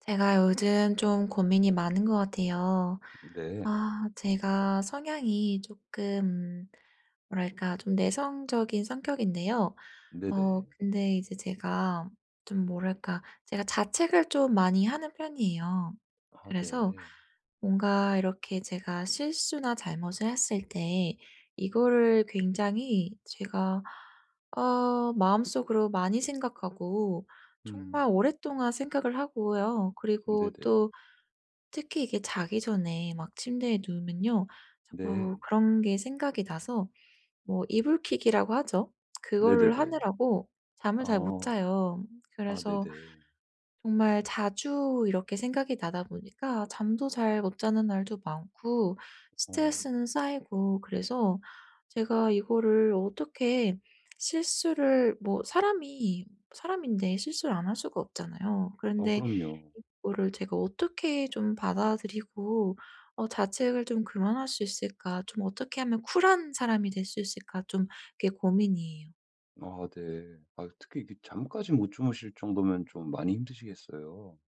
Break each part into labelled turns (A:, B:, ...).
A: 제가 요즘 좀 고민이 많은 것 같아요.
B: 네.
A: 아, 제가 성향이 조금, 뭐랄까, 좀 내성적인 성격인데요.
B: 네네.
A: 근데 이제 제가 좀 뭐랄까, 제가 자책을 좀 많이 하는 편이에요.
B: 아
A: 그래서
B: 네.
A: 뭔가 이렇게 제가 실수나 잘못을 했을 때 이거를 굉장히 제가 마음속으로 많이 생각하고
B: 음.
A: 정말 오랫동안 생각을 하고요. 그리고
B: 네네.
A: 또 특히 이게 자기 전에 막 침대에 누우면요. 자꾸
B: 네.
A: 그런 게 생각이 나서 뭐 이불킥이라고 하죠. 그거를
B: 네네네.
A: 하느라고 잠을 잘 못
B: 아.
A: 자요.
B: 아
A: 그래서
B: 네네.
A: 정말 자주 이렇게 생각이 나다 보니까 잠도 잘 못 자는 날도 많고
B: 어.
A: 스트레스는 쌓이고 그래서 제가 이거를 어떻게 실수를 뭐 사람이 사람인데 실수를 안 할 수가 없잖아요.
B: 아
A: 그런데
B: 그럼요.
A: 이거를 제가 어떻게 좀 받아들이고 자책을 좀 그만할 수 있을까? 좀 어떻게 하면 쿨한 사람이 될 수 있을까? 좀 그게 고민이에요.
B: 아 네. 아 특히 이게 잠까지 못 주무실 정도면 좀 많이 힘드시겠어요.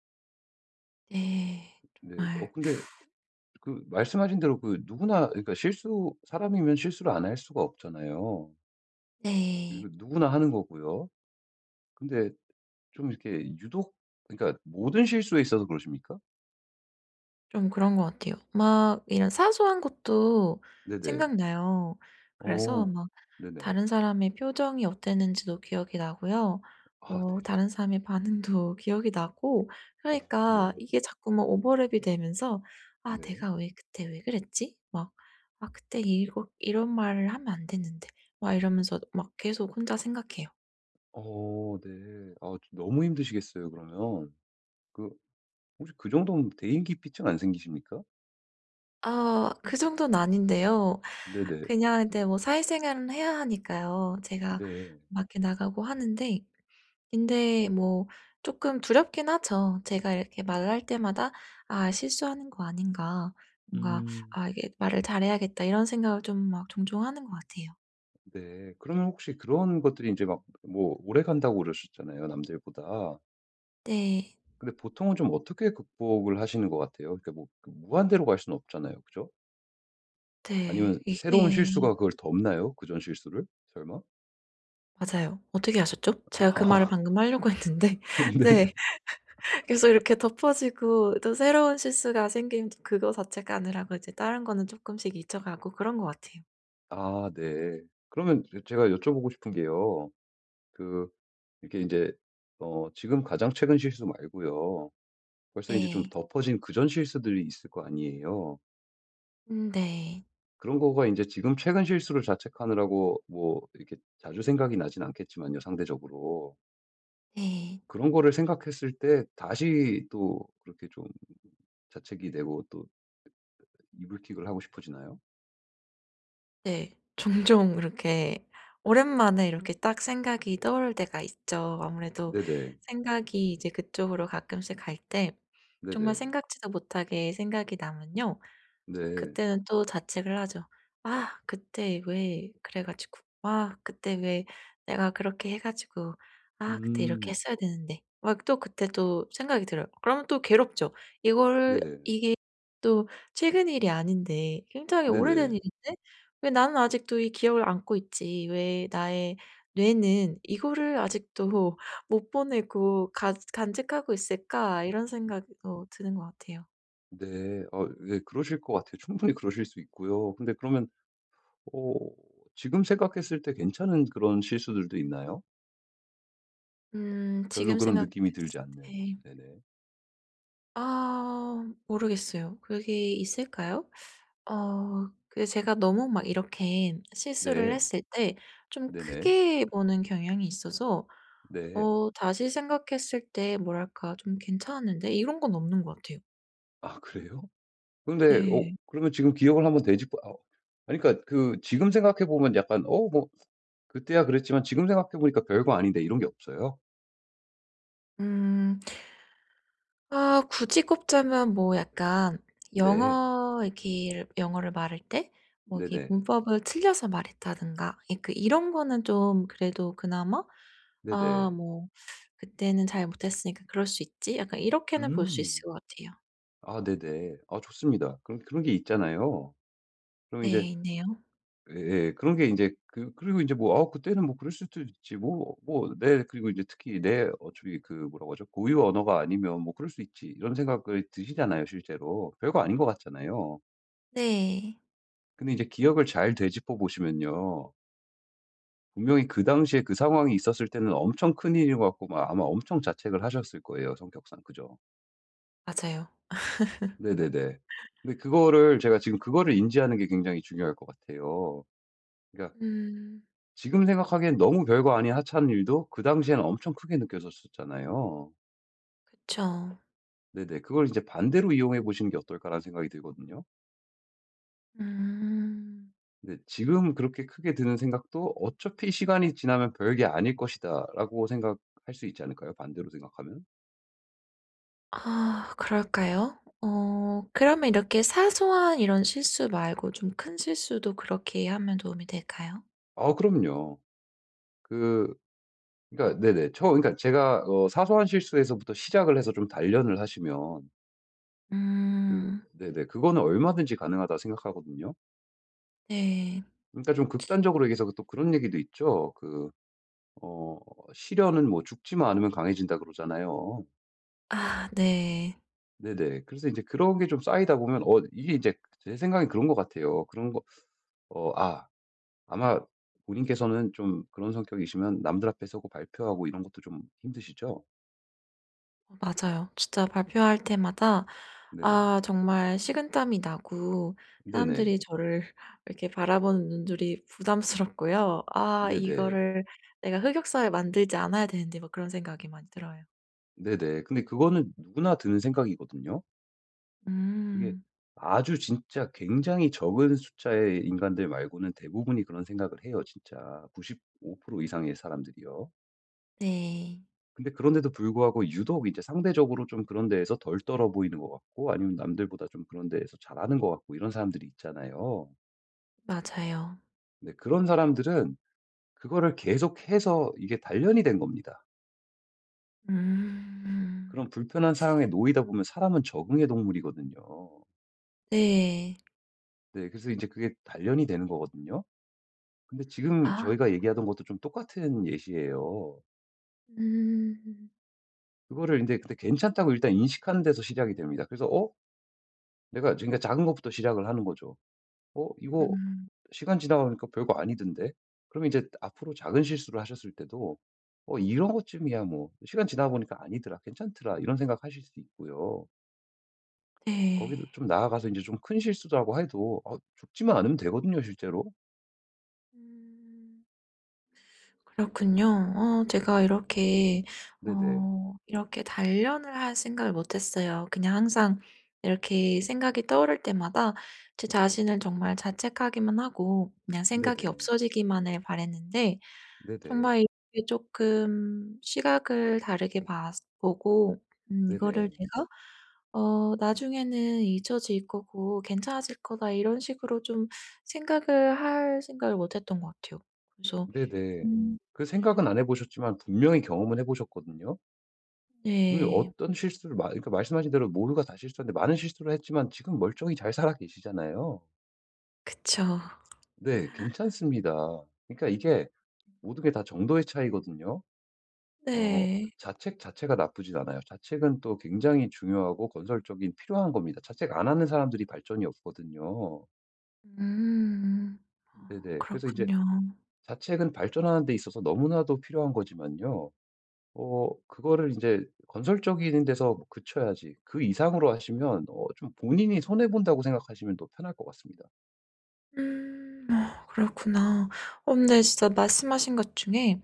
A: 네.
B: 네.
A: 정말.
B: 근데 그 말씀하신 대로 그 누구나 그러니까 실수 사람이면 실수를 안 할 수가 없잖아요.
A: 네.
B: 그리고 누구나 하는 거고요. 근데 좀 이렇게 유독 그러니까 모든 실수에 있어서 그러십니까?
A: 좀 그런 것 같아요. 막 이런 사소한 것도
B: 네네.
A: 생각나요. 그래서
B: 어.
A: 막
B: 네네.
A: 다른 사람의 표정이 어땠는지도 기억이 나고요.
B: 아 네네.
A: 다른 사람의 반응도 기억이 나고
B: 어
A: 그러니까
B: 네.
A: 이게 자꾸 막 오버랩이 되면서 '아
B: 네.
A: 내가 왜 그때 왜 그랬지?' 막 '아 그때 이거 이런 말을 하면 안 됐는데.' 막 이러면서 막 계속 혼자 생각해요.
B: 어 네. 아 너무 힘드시겠어요 그러면. 그 혹시 그 정도면 대인기피증 안 생기십니까?
A: 아 그 정도는 아닌데요.
B: 네네.
A: 그냥 이제 뭐 사회생활은 해야 하니까요. 제가
B: 네.
A: 밖에 나가고 하는데 근데 뭐 쪼끔 두렵긴 하죠. 제가 이렇게 말을 할 때마다 '아 실수하는 거 아닌가.' 뭔가
B: 음.
A: '아 이게 말을 잘해야겠다.' 이런 생각을 좀 막 종종 하는 것 같아요.
B: 네. 그러면 혹시 그런 것들이 이제 막 뭐 오래 간다고 그러셨잖아요 남들보다.
A: 네.
B: 근데 보통은 좀 어떻게 극복을 하시는 것 같아요? 그러니까 뭐 그 무한대로 갈 수는 없잖아요. 그죠? 아니면
A: 네.
B: 새로운
A: 이게
B: 실수가 그걸 덮나요? 그전 실수를? 설마?
A: 맞아요. 어떻게 아셨죠? 제가 그 말을
B: 아
A: 방금 하려고 했는데.
B: 네네.
A: 네. 계속 이렇게 덮어지고 또 새로운 실수가 생기면 또 그거 자체가 아니라고 이제 다른 거는 쪼끔씩 잊혀가고 그런 것 같아요.
B: 아 네. 그러면 제가 여쭤보고 싶은 게요. 그 이렇게 이제 지금 가장 최근 실수 말고요. 벌써 이제 좀
A: 네.
B: 덮어진 그전 실수들이 있을 거 아니에요.
A: 네.
B: 그런 거가 이제 지금 최근 실수를 자책하느라고 뭐 이렇게 자주 생각이 나진 않겠지만요, 상대적으로.
A: 네.
B: 그런 거를 생각했을 때 다시 또 그렇게 좀 자책이 되고 또 이불킥을 하고 싶어지나요?
A: 네. 종종 이렇게 오랜만에 이렇게 딱 생각이 떠오를 때가 있죠. 아무래도
B: 네네.
A: 생각이 이제 그쪽으로 가끔씩 갈 때 정말
B: 네네.
A: 생각지도 못하게 생각이 나면요.
B: 네.
A: 그때는 또 자책을 하죠. '아 그때 왜 그래 가지고 아 그때 왜 내가 그렇게 해 가지고 아 그때 이렇게
B: 음.
A: 했어야 되는데.' 막 또 그때 또 생각이 들어요. 그러면 또 괴롭죠. 이걸
B: 네.
A: 이게 또 최근 일이 아닌데 굉장히 오래된
B: 네네.
A: 일인데 '왜 나는 아직도 이 기억을 안고 있지? 왜 나의 뇌는 이거를 아직도 못 보내고 간 간직하고 있을까?' 이런 생각이 드는 것 같아요.
B: 네. 아 예 그러실 것 같아요. 충분히 그러실 수 있고요. 근데 그러면 어 지금 생각했을 때 괜찮은 그런 실수들도 있나요? 별로
A: 지금
B: 그런 느낌이 들지
A: 생각했을
B: 않는.
A: 때
B: 네네.
A: 아 모르겠어요. 그게 있을까요? 그 제가 너무 막 이렇게 실수를
B: 네.
A: 했을 때 좀
B: 네네.
A: 크게 보는 경향이 있어서
B: 네.
A: 다시 생각했을 때 뭐랄까 '좀 괜찮았는데?' 이런 건 없는 것 같아요.
B: 아 그래요? 근데
A: 네.
B: 그러면 지금 기억을 한번 되짚어 아 아니 그러니까 그 지금 생각해 보면 약간 '어 뭐 그때야 그랬지만 지금 생각해 보니까 별거 아닌데.' 이런 게 없어요?
A: 음. 아 굳이 꼽자면 뭐 약간
B: 네.
A: 영어 이렇게 영어를 말할 때 뭐 이게
B: 네네.
A: 문법을 틀려서 말했다든가 그 이런 거는 좀 그래도 그나마 '아
B: 네네.
A: 뭐 그때는 잘 못했으니까 그럴 수 있지.' 약간 이렇게는 볼 수 있을
B: 음.
A: 것 같아요.
B: 아 네네. 아 좋습니다. 그런 그런 게 있잖아요. 그럼 이제
A: 네 있네요.
B: 예 그런 게 인제 그 그리고 인제 뭐 아 그때는 뭐 그럴 수도 있지 뭐 뭐 내 그리고 이제 특히 내 어차피 그 뭐라고 하죠? 고유 언어가 아니면 '뭐 그럴 수 있지.' 이런 생각이 드시잖아요 실제로. 별거 아닌 것 같잖아요.
A: 네.
B: 근데 이제 기억을 잘 되짚어 보시면요. 분명히 그 당시에 그 상황이 있었을 때는 엄청 큰일인 것 같고 막 아마 엄청 자책을 하셨을 거예요 성격상. 그죠?
A: 맞아요.
B: 네네네. 근데 그거를 제가 지금 그거를 인지하는 게 굉장히 중요할 것 같아요. 그러니까
A: 음
B: 지금 생각하기엔 너무 별거 아닌 하찮은 일도 그 당시에는 엄청 크게 느껴졌었잖아요.
A: 그쵸.
B: 네네. 그걸 이제 '반대로 이용해 보시는 게 어떨까.'라는 생각이 들거든요.
A: 음.
B: 근데 지금 그렇게 크게 드는 생각도 '어차피 시간이 지나면 별게 아닐 것이다.'라고 생각할 수 있지 않을까요? 반대로 생각하면?
A: 아 그럴까요? 그러면 이렇게 사소한 이런 실수 말고 좀 큰 실수도 그렇게 하면 도움이 될까요?
B: 아 그럼요. 그 그러니까 네네. 처 그러니까 제가 사소한 실수에서부터 시작을 해서 좀 단련을 하시면 그
A: 음.
B: 네네. 그거는 얼마든지 가능하다 생각하거든요.
A: 네.
B: 그러니까 좀 극단적으로 얘기해서 또 그런 얘기도 있죠. 그 어 시련은 뭐 "죽지만 않으면 강해진다." 그러잖아요.
A: 아 네.
B: 네네. 그래서 이제 그런 게 좀 쌓이다 보면 이게 이제 제 생각엔 그런 것 같아요. 그런 거 어 아 아마 본인께서는 좀 그런 성격이시면 남들 앞에 서고 발표하고 이런 것도 좀 힘드시죠?
A: 어 맞아요. 진짜 발표할 때마다
B: 네네.
A: 아 정말 식은땀이 나고
B: 네네.
A: 사람들이 저를 이렇게 바라보는 눈들이 부담스럽고요. '아
B: 네네.
A: 이거를 내가 흑역사를 만들지 않아야 되는데.' 막 그런 생각이 많이 들어요.
B: 네네. 근데 그거는 누구나 드는 생각이거든요. 그게
A: 음.
B: 아주 진짜 굉장히 적은 숫자의 인간들 말고는 대부분이 그런 생각을 해요 진짜. 95% 이상의 사람들이요.
A: 네.
B: 근데 그런데도 불구하고 유독 이제 상대적으로 좀 그런 데에서 덜 떨어 보이는 것 같고 아니면 남들보다 좀 그런 데에서 잘하는 것 같고 이런 사람들이 있잖아요.
A: 맞아요.
B: 근데 그런 사람들은 그거를 계속해서 이게 단련이 된 겁니다.
A: 음.
B: 그런 불편한 상황에 놓이다 보면 사람은 적응의 동물이거든요.
A: 네.
B: 네, 그래서 이제 그게 단련이 되는 거거든요. 근데 지금
A: 아.
B: 저희가 얘기하던 것도 좀 똑같은 예시예요.
A: 음.
B: 그거를 이제 근데 괜찮다고 일단 인식하는 데서 시작이 됩니다. 그래서 '어?' 내가 그러니까 작은 것부터 시작을 하는 거죠. "어 이거
A: 음.
B: 시간 지나가 보니까 별거 아니던데." 그러면 이제 앞으로 작은 실수를 하셨을 때도 '어 이런 것쯤이야 뭐. 시간 지나가 보니까 아니더라. 괜찮더라.' 이런 생각하실 수 있고요. 거기서
A: 네.
B: 좀 나아가서 이제 좀 큰 실수라고 해도 죽지만 않으면 되거든요 실제로.
A: 음. 그렇군요. 제가 이렇게
B: 네네.
A: 이렇게 단련을 할 생각을 못 했어요. 그냥 항상 이렇게 생각이 떠오를 때마다 제 자신을 정말 자책하기만 하고 그냥 생각이
B: 네네.
A: 없어지기만을 바랬는데
B: 네네.
A: 정말 이렇게 조금 시각을 다르게 봐 보고 '이거를
B: 네네.
A: 내가 나중에는 잊혀질 거고 괜찮아질 거다.' 이런 식으로 좀 생각을 할 생각을 못 했던 것 같아요. 그래서
B: 네네.
A: 음,
B: 그 생각은 안 해 보셨지만 분명히 경험은 해 보셨거든요. 분명히
A: 네.
B: 어떤 실수를 마 그러니까 말씀하신 대로 모두가 다 실수하는데 많은 실수를 했지만 지금 멀쩡히 잘 살아 계시잖아요.
A: 그쵸.
B: 네. 괜찮습니다. 그러니까 이게 모든 게 다 정도의 차이거든요. 어
A: 네.
B: 자책 자체가 나쁘진 않아요. 자책은 또 굉장히 중요하고 건설적인 필요한 겁니다. 자책 안 하는 사람들이 발전이 없거든요.
A: 음. 어
B: 네네. 그래서 이제
A: 그렇군요.
B: 자책은 발전하는 데 있어서 너무나도 필요한 거지만요. 그거를 이제 건설적인 데서 그쳐야지 그 이상으로 하시면 좀 본인이 손해 본다고 생각하시면 더 편할 것 같습니다.
A: 음. 어 그렇구나. 근데 진짜 말씀하신 것 중에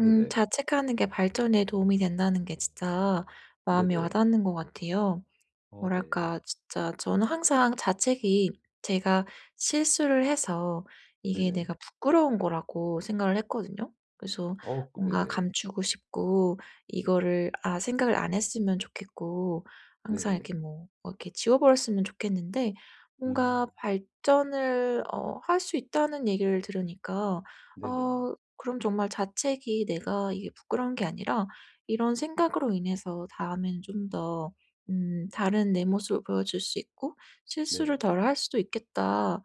A: 자책하는 게 발전에 도움이 된다는 게 진짜 마음에 와
B: 네네.
A: 닿는 것 같아요.
B: 어 네.
A: 뭐랄까 진짜 저는 항상 자책이 제가 실수를 해서 이게
B: 네네.
A: 내가 부끄러운 거라고 생각을 했거든요. 그래서
B: 어
A: 뭔가
B: 네네.
A: 감추고 싶고 이거를 생각을 안 했으면 좋겠고 항상
B: 네네.
A: 이렇게 뭐 뭐 이렇게 지워버렸으면 좋겠는데 뭔가
B: 음.
A: 발전을 할 수 있다는 얘기를 들으니까
B: 네네.
A: 그럼 정말 자책이 내가 이게 부끄러운 게 아니라 이런 생각으로 인해서 다음에는 좀더 '다른 내 모습을 보여줄 수 있고 실수를
B: 네.
A: 덜 할 수도 있겠다.'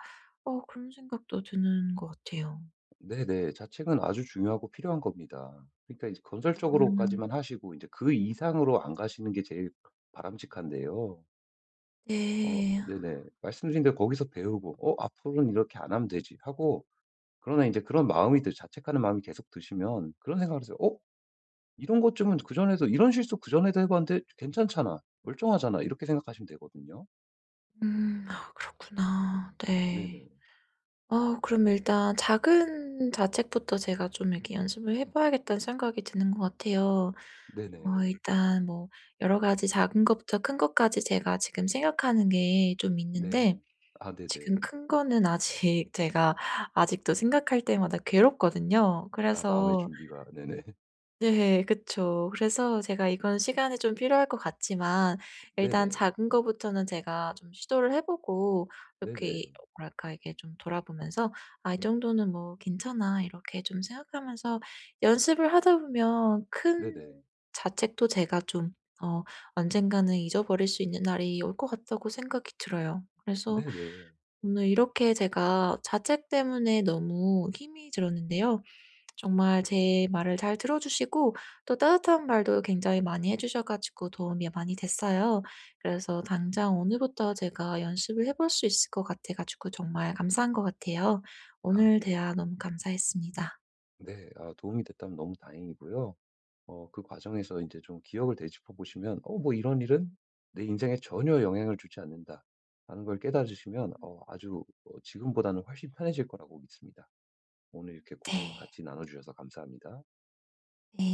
A: 그런 생각도 드는 것 같아요.
B: 네네. 자책은 아주 중요하고 필요한 겁니다. 그러니까 이제
A: 음 음.
B: 건설적으로까지만 하시고 이제 그 이상으로 안 가시는 게 제일 바람직한데요. 어
A: 네.
B: 네네. 말씀 드린 대로 거기서 배우고 '어 앞으로는 이렇게 안 하면 되지.' 하고 그러나 이제 그런 마음이 드 자책하는 마음이 계속 드시면 그런 생각을 하세요. '어 이런 것쯤은 그전에도 이런 실수 그전에도 해 봤는데 괜찮잖아. 멀쩡하잖아.' 이렇게 생각하시면 되거든요.
A: 아 그렇구나. 네.
B: 네네.
A: 그럼 일단 작은 자책부터 제가 좀 이렇게 연습을 해 봐야겠다는 생각이 드는 것 같아요.
B: 네네.
A: 일단 뭐 여러 가지 작은 것부터 큰 것까지 제가 지금 생각하는 게 좀
B: 네.
A: 있는데
B: 아 네네.
A: 지금 큰 거는 아직 제가 아직도 생각할 때마다 괴롭거든요.
B: 아 마음의
A: 그래서
B: 준비가 네네.
A: 네 그쵸. 그래서 제가 이건 시간이 좀 필요할 것 같지만 일단
B: 네네.
A: 작은 거부터는 제가 좀 시도를 해 보고 이렇게
B: 네네.
A: 뭐랄까 이게 좀 돌아보면서 '아 이 정도는 뭐 괜찮아.' 이렇게 좀 생각하면서 연습을 하다 보면
B: 네네.
A: 큰 자책도 제가 좀 어 언젠가는 잊어버릴 수 있는 날이 올 것 같다고 생각이 들어요. 그래서
B: 네네.
A: 오늘 이렇게 제가 자책 때문에 너무 힘이 들었는데요. 정말 제 말을 잘 들어주시고 또 따뜻한 말도 굉장히 많이 해주셔 가지고 도움이 많이 됐어요. 그래서 당장 오늘부터 제가 연습을 해볼 수 있을 것 같아 가지고 정말 감사한 것 같아요.
B: 아
A: 오늘
B: 네.
A: 대화 너무 감사했습니다.
B: 네. 아 도움이 됐다면 너무 다행이고요. 그 과정에서 인제 좀 기억을 되짚어 보시면 '어 뭐 이런 일은 내 인생에 전혀 영향을 주지 않는다.'라는 걸 깨달으시면 아주 어 지금보다는 훨씬 편해질 거라고 믿습니다. 오늘 이렇게 고민
A: 네.
B: 같이 나눠 주셔서 감사합니다.
A: 네.